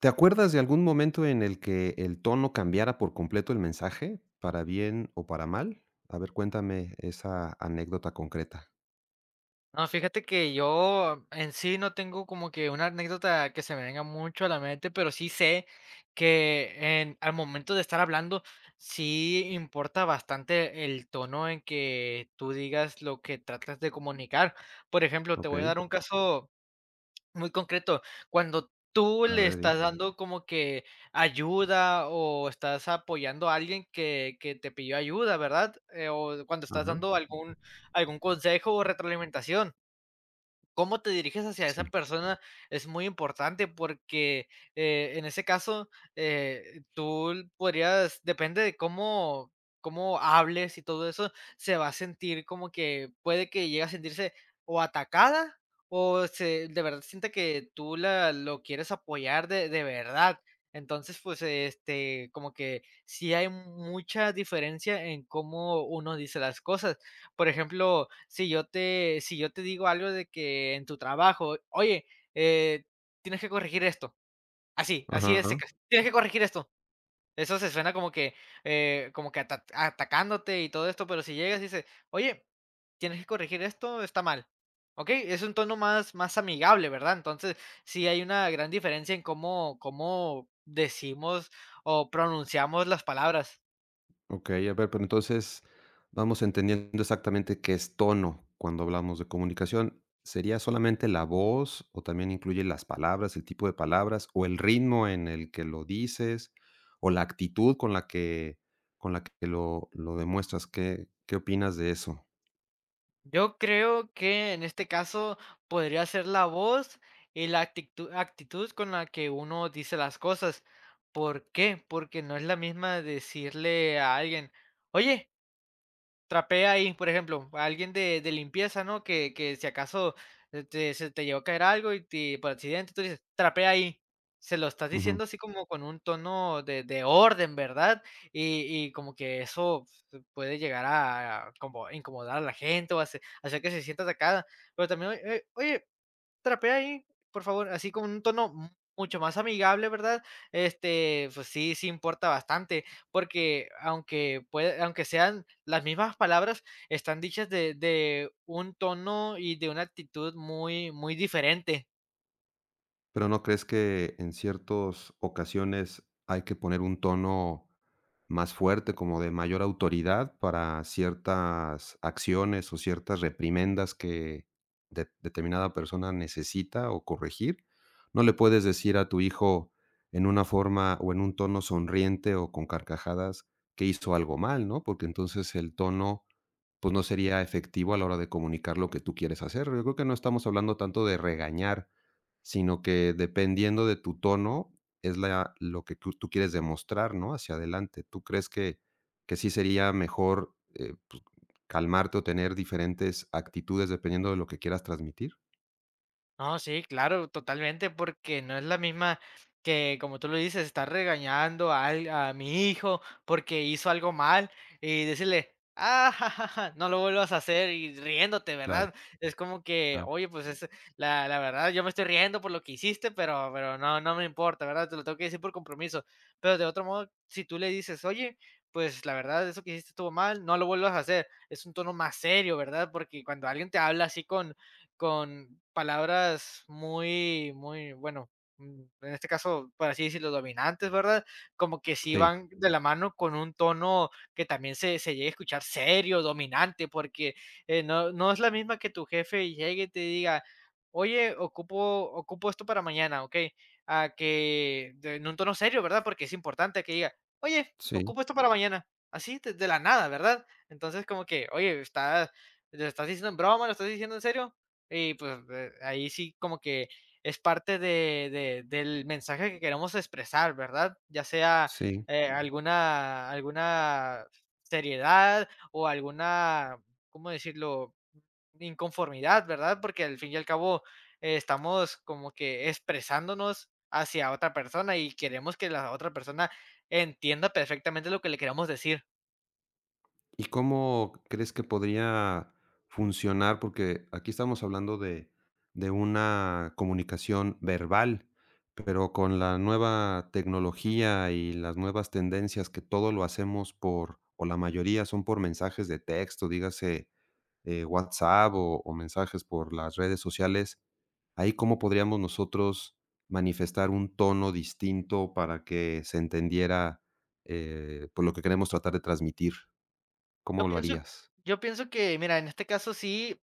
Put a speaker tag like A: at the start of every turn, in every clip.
A: ¿Te acuerdas de algún momento en el que el tono cambiara por completo el mensaje, para bien o para mal? A ver, cuéntame esa anécdota concreta.
B: No, fíjate que yo en sí no tengo como que una anécdota que se me venga mucho a la mente, pero sí sé que al momento de estar hablando, sí importa bastante el tono en que tú digas lo que tratas de comunicar. Por ejemplo, te voy a
A: Okey,
B: dar un caso muy concreto. Cuando tú
A: a
B: le
A: ver, di.
B: estás dando como que ayuda o estás apoyando a alguien que te pidió ayuda, ¿verdad? O cuando estás
A: Ajá,
B: dando algún consejo o retroalimentación, cómo te diriges hacia
A: sí.
B: esa persona es muy importante porque en ese caso, tú podrías, depende de cómo hables y todo eso, se va a sentir como que puede que llegue a sentirse o atacada o de verdad sienta que tú lo quieres apoyar de verdad. Entonces, pues, como que sí hay mucha diferencia en cómo uno dice las cosas. Por ejemplo, si yo te digo algo de que en tu trabajo: "Oye, eh, tienes que corregir esto", así, así de
A: Ajá.
B: secas: "Tienes que corregir esto". Eso se suena como que atacándote y todo esto, pero si llegas y dices: "Oye, tienes que corregir esto, está mal", ¿okey? Es un tono más amigable, ¿verdad? Entonces, sí hay una gran diferencia en cómo decimos o pronunciamos las palabras.
A: Okey, a ver, pero entonces vamos entendiendo exactamente qué es tono cuando hablamos de comunicación. ¿Sería solamente la voz o también incluye las palabras, el tipo de palabras o el ritmo en el que lo dices o la actitud con la que lo demuestras? ¿Qué opinas de eso?
B: Yo creo que en este caso podría ser la voz y la actitud con la que uno dice las cosas. ¿Por qué? Porque no es la misma decirle a alguien, oye, trapea ahí, por ejemplo, a alguien de limpieza, ¿no? Que si acaso, se te llegó a caer algo y te por accidente, tú dices: "Trapea ahí". Se lo estás diciendo así como con un tono de orden, ¿verdad? Y como que eso, pues, puede llegar a como incomodar a la gente o hacer que se sienta atacada. Pero también, oye, trapea ahí, por favor, así con un tono mu mucho más amigable, ¿verdad? Este, pues sí, sí importa bastante, porque aunque sean las mismas palabras, están dichas de un tono y de una actitud muy, muy diferente.
A: Pero, ¿no crees que en ciertas ocasiones hay que poner un tono más fuerte, como de mayor autoridad para ciertas acciones o ciertas reprimendas que de determinada persona necesita o corregir? ¿No le puedes decir a tu hijo en una forma o en un tono sonriente o con carcajadas que hizo algo mal, no? Porque entonces el tono pues, no sería efectivo a la hora de comunicar lo que tú quieres hacer. Yo creo que no estamos hablando tanto de regañar, sino que dependiendo de tu tono, es la lo que tú quieres demostrar, ¿no?, hacia adelante. ¿Tú crees que sí sería mejor, pues, calmarte o tener diferentes actitudes dependiendo de lo que quieras transmitir?
B: No, sí, claro, totalmente, porque no es la misma que, como tú lo dices, estar regañando a mi hijo porque hizo algo mal y decirle, ah, ja, ja, ja, no lo vuelvas a hacer y riéndote,
A: Claro,
B: ¿verdad? Es como que,
A: claro.
B: oye, pues es la verdad, yo me estoy riendo por lo que hiciste, pero no, no me importa, ¿verdad? Te lo tengo que decir por compromiso. Pero de otro modo, si tú le dices, oye, pues la verdad, eso que hiciste estuvo mal, no lo vuelvas a hacer. Es un tono más serio, ¿verdad? Porque cuando alguien te habla así con palabras muy, muy, bueno, en este caso, por así decirlo, dominantes, ¿verdad? Como que sí
A: Sí,
B: van de la mano con un tono que también se llegue a escuchar serio, dominante, porque no, no es la misma que tu jefe llegue y te diga, oye, ocupo esto para mañana, ¿ok? A que en un tono serio, ¿verdad? Porque es importante que diga, oye,
A: sí,
B: ocupo esto para mañana. Así, de la nada, ¿verdad? Entonces, como que, oye, lo estás diciendo en broma, lo estás diciendo en serio, y pues ahí sí como que es parte de, del mensaje que queremos expresar, ¿verdad? Ya sea
A: sí.
B: alguna seriedad o alguna, ¿cómo decirlo?, inconformidad, ¿verdad? Porque al fin y al cabo estamos como que expresándonos hacia otra persona y queremos que la otra persona entienda perfectamente lo que le queremos decir.
A: ¿Y cómo crees que podría funcionar? Porque aquí estamos hablando de una comunicación verbal, pero con la nueva tecnología y las nuevas tendencias que todo lo hacemos por, o la mayoría son por mensajes de texto, dígase WhatsApp o mensajes por las redes sociales, ahí cómo podríamos nosotros manifestar un tono distinto para que se entendiera por lo que queremos tratar de transmitir.
B: Yo
A: ¿Cómo lo
B: pienso,
A: harías?
B: yo pienso que, mira, en este caso sí,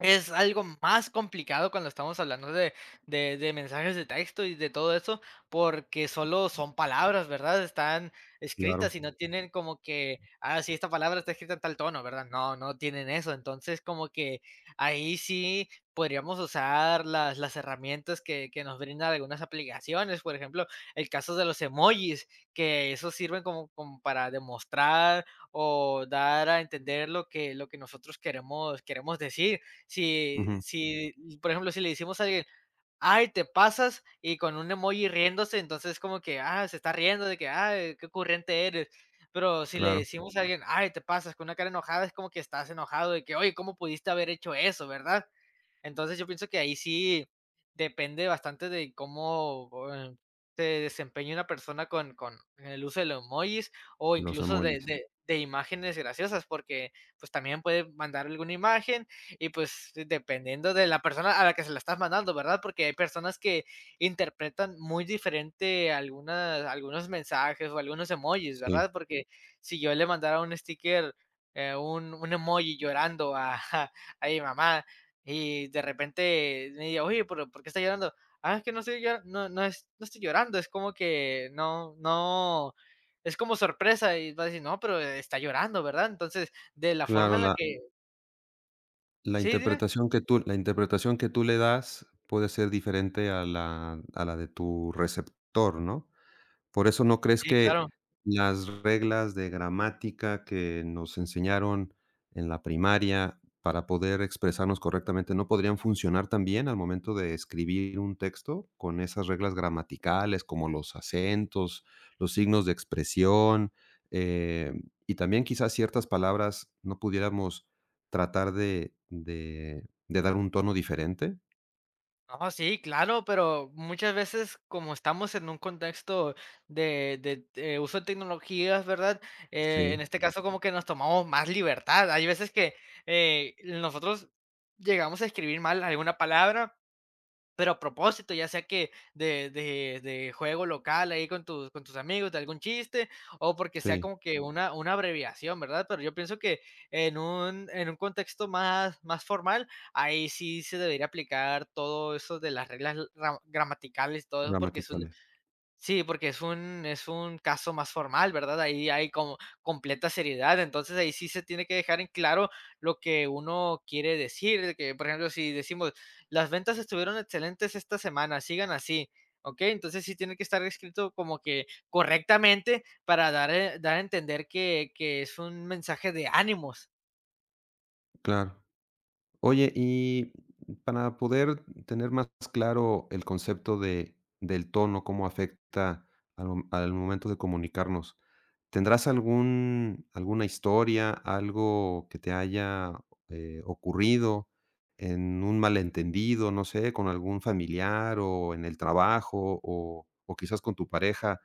B: es algo más complicado cuando estamos hablando de mensajes de texto y de todo eso, porque solo son palabras, ¿verdad? Están escritas y
A: Claro,
B: no tienen como que, ah, sí, esta palabra está escrita en tal tono, ¿verdad? No, no tienen eso. Entonces, como que ahí sí podríamos usar las herramientas que nos brindan algunas aplicaciones, por ejemplo, el caso de los emojis, que esos sirven como, como para demostrar o dar a entender lo que nosotros queremos decir si,
A: ujú,
B: si, por ejemplo, si le decimos a alguien, ay, te pasas, y con un emoji riéndose, entonces como que, ah, se está riendo de que, ay, qué ocurrente eres. Pero si le
A: claro,
B: decimos a alguien, ay, te pasas, con una cara enojada, es como que estás enojado de que, oye, ¿cómo pudiste haber hecho eso, verdad? Entonces, yo pienso que ahí sí depende bastante de cómo, se desempeñe una persona con el uso de los emojis, o
A: los
B: incluso de
A: emojis.
B: de de imágenes graciosas, porque, pues, también puede mandar alguna imagen y, pues, dependiendo de la persona a la que se la estás mandando, ¿verdad? Porque hay personas que interpretan muy diferente algunas algunos mensajes o algunos emojis,
A: Sí,
B: ¿verdad? Porque si yo le mandara un sticker, un emoji llorando a a mi mamá, y de repente me diga: "Oye, pero, ¿por qué estás llorando?". "Ah, es que no estoy llorando, es como que no es como sorpresa", y va a decir: "No, pero está llorando, ¿verdad?". Entonces, de la forma
A: claro,
B: en la
A: la
B: que
A: la
B: sí, dime.
A: interpretación que tú la interpretación que tú le das puede ser diferente a la de tu receptor, ¿no? Por eso, ¿no crees
B: Sí,
A: que
B: claro.
A: las reglas de gramática que nos enseñaron en la primaria para poder expresarnos correctamente no podrían funcionar también al momento de escribir un texto con esas reglas gramaticales, como los acentos, los signos de expresión, eh, y también quizás ciertas palabras no pudiéramos tratar de de dar un tono diferente?
B: No, sí, claro, pero muchas veces, como estamos en un contexto de uso de tecnologías, ¿verdad? En
A: Sí,
B: este caso, como que nos tomamos más libertad. Hay veces que, nosotros llegamos a escribir mal alguna palabra pero a propósito, ya sea que de juego local ahí con tus, amigos, de algún chiste, o porque sea
A: sí,
B: como que una abreviación, ¿verdad? Pero yo pienso que en un contexto más, más formal, ahí sí se debería aplicar todo eso de las reglas gramaticales, y todo eso,
A: gramaticales,
B: Sí, porque es un caso más formal, ¿verdad? Ahí hay como completa seriedad, entonces ahí sí se tiene que dejar en claro lo que uno quiere decir, de que, por ejemplo, si decimos: "Las ventas estuvieron excelentes esta semana, sigan así", ¿ok? Entonces sí tiene que estar escrito como que correctamente para dar a entender que es un mensaje de ánimos.
A: claro. Oye, y para poder tener más claro el concepto de del tono, cómo afecta al mo al momento de comunicarnos, ¿tendrás algún alguna historia, algo que te haya, ocurrido en un malentendido, no sé, con algún familiar o en el trabajo o quizás con tu pareja,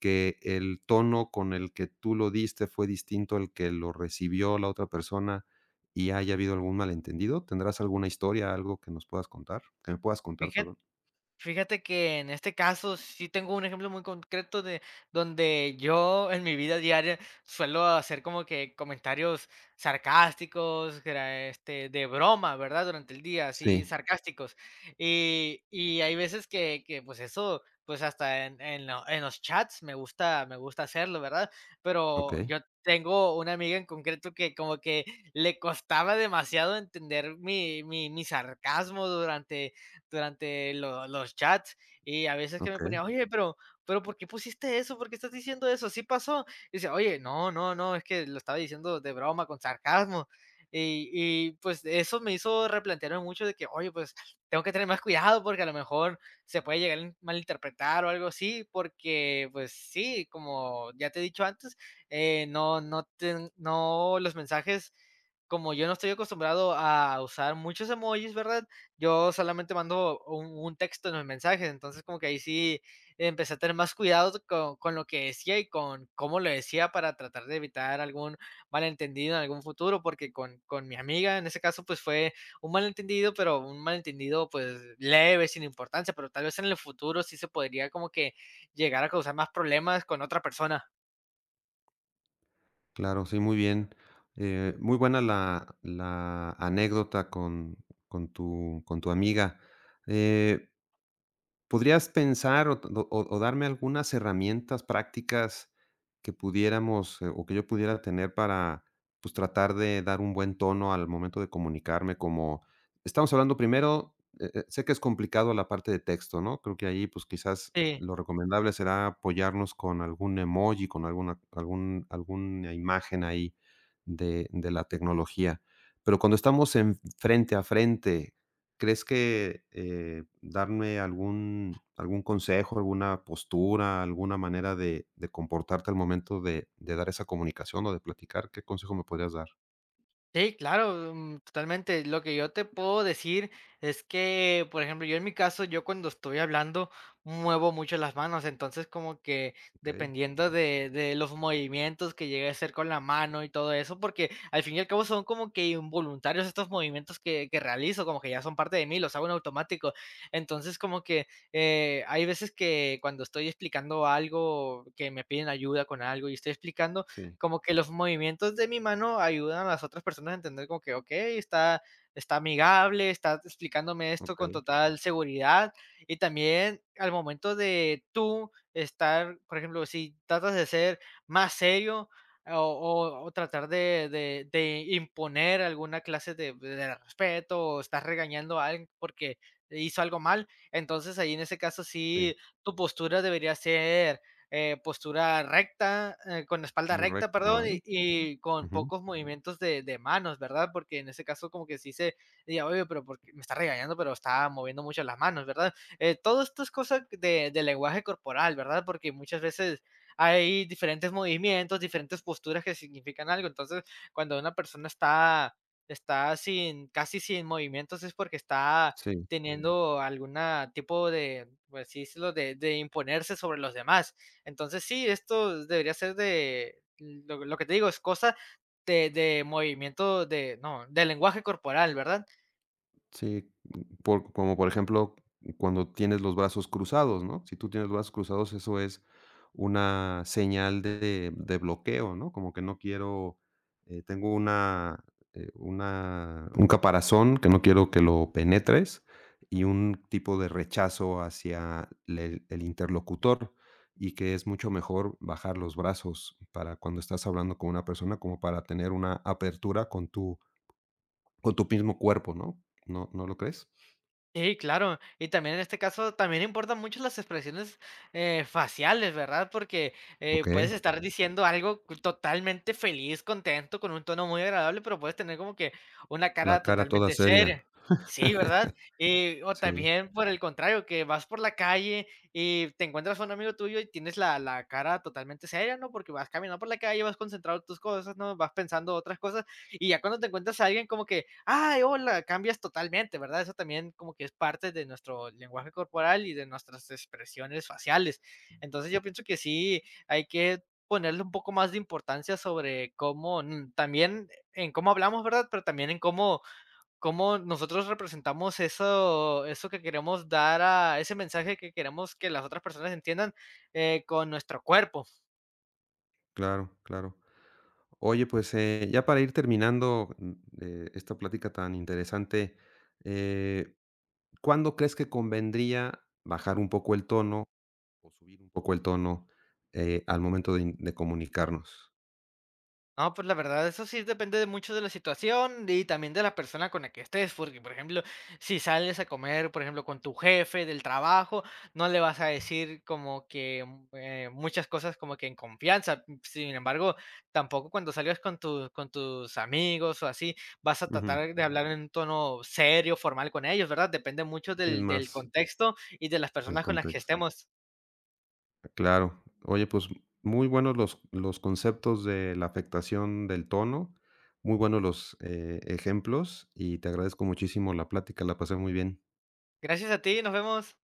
A: que el tono con el que tú lo diste fue distinto al que lo recibió la otra persona y haya habido algún malentendido? ¿Tendrás alguna historia, algo que nos puedas contar? Que me puedas contar, perdón.
B: Fíjate que en este caso sí tengo un ejemplo muy concreto de donde yo en mi vida diaria suelo hacer como que comentarios sarcásticos, que era, de broma, ¿verdad? Durante el día, así
A: Sí.
B: sarcásticos. Y hay veces pues eso, pues hasta en los chats me gusta hacerlo, ¿verdad? Pero
A: Okey,
B: yo tengo una amiga en concreto que como que le costaba demasiado entender mi sarcasmo durante los chats, y a veces que me
A: okey,
B: ponía, oye, pero ¿por qué pusiste eso? ¿Por qué estás diciendo eso? ¿Sí pasó? Y dice, oye, no, no, no, es que lo estaba diciendo de broma, con sarcasmo. Pues eso me hizo replantearme mucho de que, oye, pues tengo que tener más cuidado porque a lo mejor se puede llegar a malinterpretar o algo así, porque pues sí, como ya te he dicho antes, no, no, no, los mensajes, como yo no estoy acostumbrado a usar muchos emojis, ¿verdad?, yo solamente mando un texto en los mensajes, entonces como que ahí sí empecé a tener más cuidado con lo que decía y con cómo lo decía para tratar de evitar algún malentendido en algún futuro, porque con mi amiga en ese caso pues fue un malentendido, pero un malentendido pues leve, sin importancia, pero tal vez en el futuro sí se podría como que llegar a causar más problemas con otra persona.
A: claro, sí, muy bien. Muy buena la la anécdota con tu amiga. Eh ¿Podrías pensar o o darme algunas herramientas prácticas que pudiéramos, o que yo pudiera tener para, pues, tratar de dar un buen tono al momento de comunicarme? Como estamos hablando primero, sé que es complicado la parte de texto, ¿no? Creo que ahí, pues, quizás
B: Sí.
A: lo recomendable será apoyarnos con algún emoji, con alguna algún alguna imagen ahí de la tecnología. Pero cuando estamos en frente a frente, ¿crees que, darme algún algún consejo, alguna postura, alguna manera de comportarte al momento de dar esa comunicación o de platicar? ¿Qué consejo me podrías dar?
B: Sí, claro, totalmente. Lo que yo te puedo decir es que, por ejemplo, yo en mi caso, yo cuando estoy hablando muevo mucho las manos, entonces como que
A: Okey,
B: dependiendo de los movimientos que llegue a hacer con la mano y todo eso, porque al fin y al cabo son como que involuntarios estos movimientos que realizo, como que ya son parte de mí, los hago en automático. Entonces como que hay veces que cuando estoy explicando algo, que me piden ayuda con algo y estoy explicando,
A: sí,
B: como que los movimientos de mi mano ayudan a las otras personas a entender como que, ok, está amigable, está explicándome esto con
A: okey,
B: total seguridad. Y también al momento de tú estar, por ejemplo, si tratas de ser más serio o tratar de imponer alguna clase de respeto o estás regañando a alguien porque hizo algo mal, entonces ahí en ese caso
A: sí,
B: sí, tu postura debería ser, postura recta, con la espalda
A: muy
B: recta,
A: recta,
B: perdón,
A: ¿verdad?
B: y con
A: Ujú,
B: pocos movimientos de manos, ¿verdad? Porque en ese caso como que sí se diga, oye, pero porque me está regañando, pero está moviendo mucho las manos, ¿verdad? Todo esto es cosa de lenguaje corporal, ¿verdad? Porque muchas veces hay diferentes movimientos, diferentes posturas que significan algo. Entonces, cuando una persona está sin, casi sin movimientos, es porque está
A: sí.
B: teniendo algún tipo de, pues sí, de imponerse sobre los demás. Entonces sí, esto debería ser lo que te digo, es cosa de movimiento, de no, de lenguaje corporal, ¿verdad?
A: Sí, por como por ejemplo, cuando tienes los brazos cruzados, ¿no? Si tú tienes los brazos cruzados, eso es una señal de bloqueo, ¿no? Como que no quiero, tengo una un caparazón que no quiero que lo penetres y un tipo de rechazo hacia le el interlocutor, y que es mucho mejor bajar los brazos para cuando estás hablando con una persona, como para tener una apertura con tu mismo cuerpo, ¿no? ¿No lo crees?
B: Sí, claro. Y también en este caso, también importan mucho las expresiones, faciales, ¿verdad? Porque puedes
A: Okey,
B: estar diciendo algo totalmente feliz, contento, con un tono muy agradable, pero puedes tener como que una
A: la
B: cara
A: cara toda
B: totalmente
A: seria.
B: seria. Sí, ¿verdad? O
A: Sí,
B: también por el contrario, que vas por la calle y te encuentras a un amigo tuyo y tienes la cara totalmente seria, ¿no? Porque vas caminando por la calle, vas concentrado en tus cosas, ¿no? Vas pensando otras cosas y ya cuando te encuentras a alguien como que, ay, hola, cambias totalmente, ¿verdad? Eso también como que es parte de nuestro lenguaje corporal y de nuestras expresiones faciales. Entonces yo pienso que sí, hay que ponerle un poco más de importancia sobre cómo también en cómo hablamos, ¿verdad? Pero también en cómo nosotros representamos eso que queremos dar a ese mensaje que queremos que las otras personas entiendan con nuestro cuerpo.
A: claro, claro. Oye, pues, ya para ir terminando, esta plática tan interesante, eh, ¿cuándo crees que convendría bajar un poco el tono o subir un poco el tono, al momento de in de comunicarnos?
B: No, pues la verdad, eso sí depende de mucho de la situación y también de la persona con la que estés, porque, por ejemplo, si sales a comer, por ejemplo, con tu jefe del trabajo, no le vas a decir como que muchas cosas como que en confianza. Sin embargo, tampoco cuando salgas con con tus amigos o así, vas a
A: Ujú.
B: tratar de hablar en un tono serio, formal con ellos, ¿verdad? Depende mucho
A: Sí, es
B: del
A: más
B: contexto y de las
A: el
B: personas con las que
A: contexto.
B: estemos.
A: Claro. Oye, pues muy buenos los conceptos de la afectación del tono, muy buenos los ejemplos y te agradezco muchísimo la plática, la pasé muy bien.
B: Gracias a ti, nos vemos.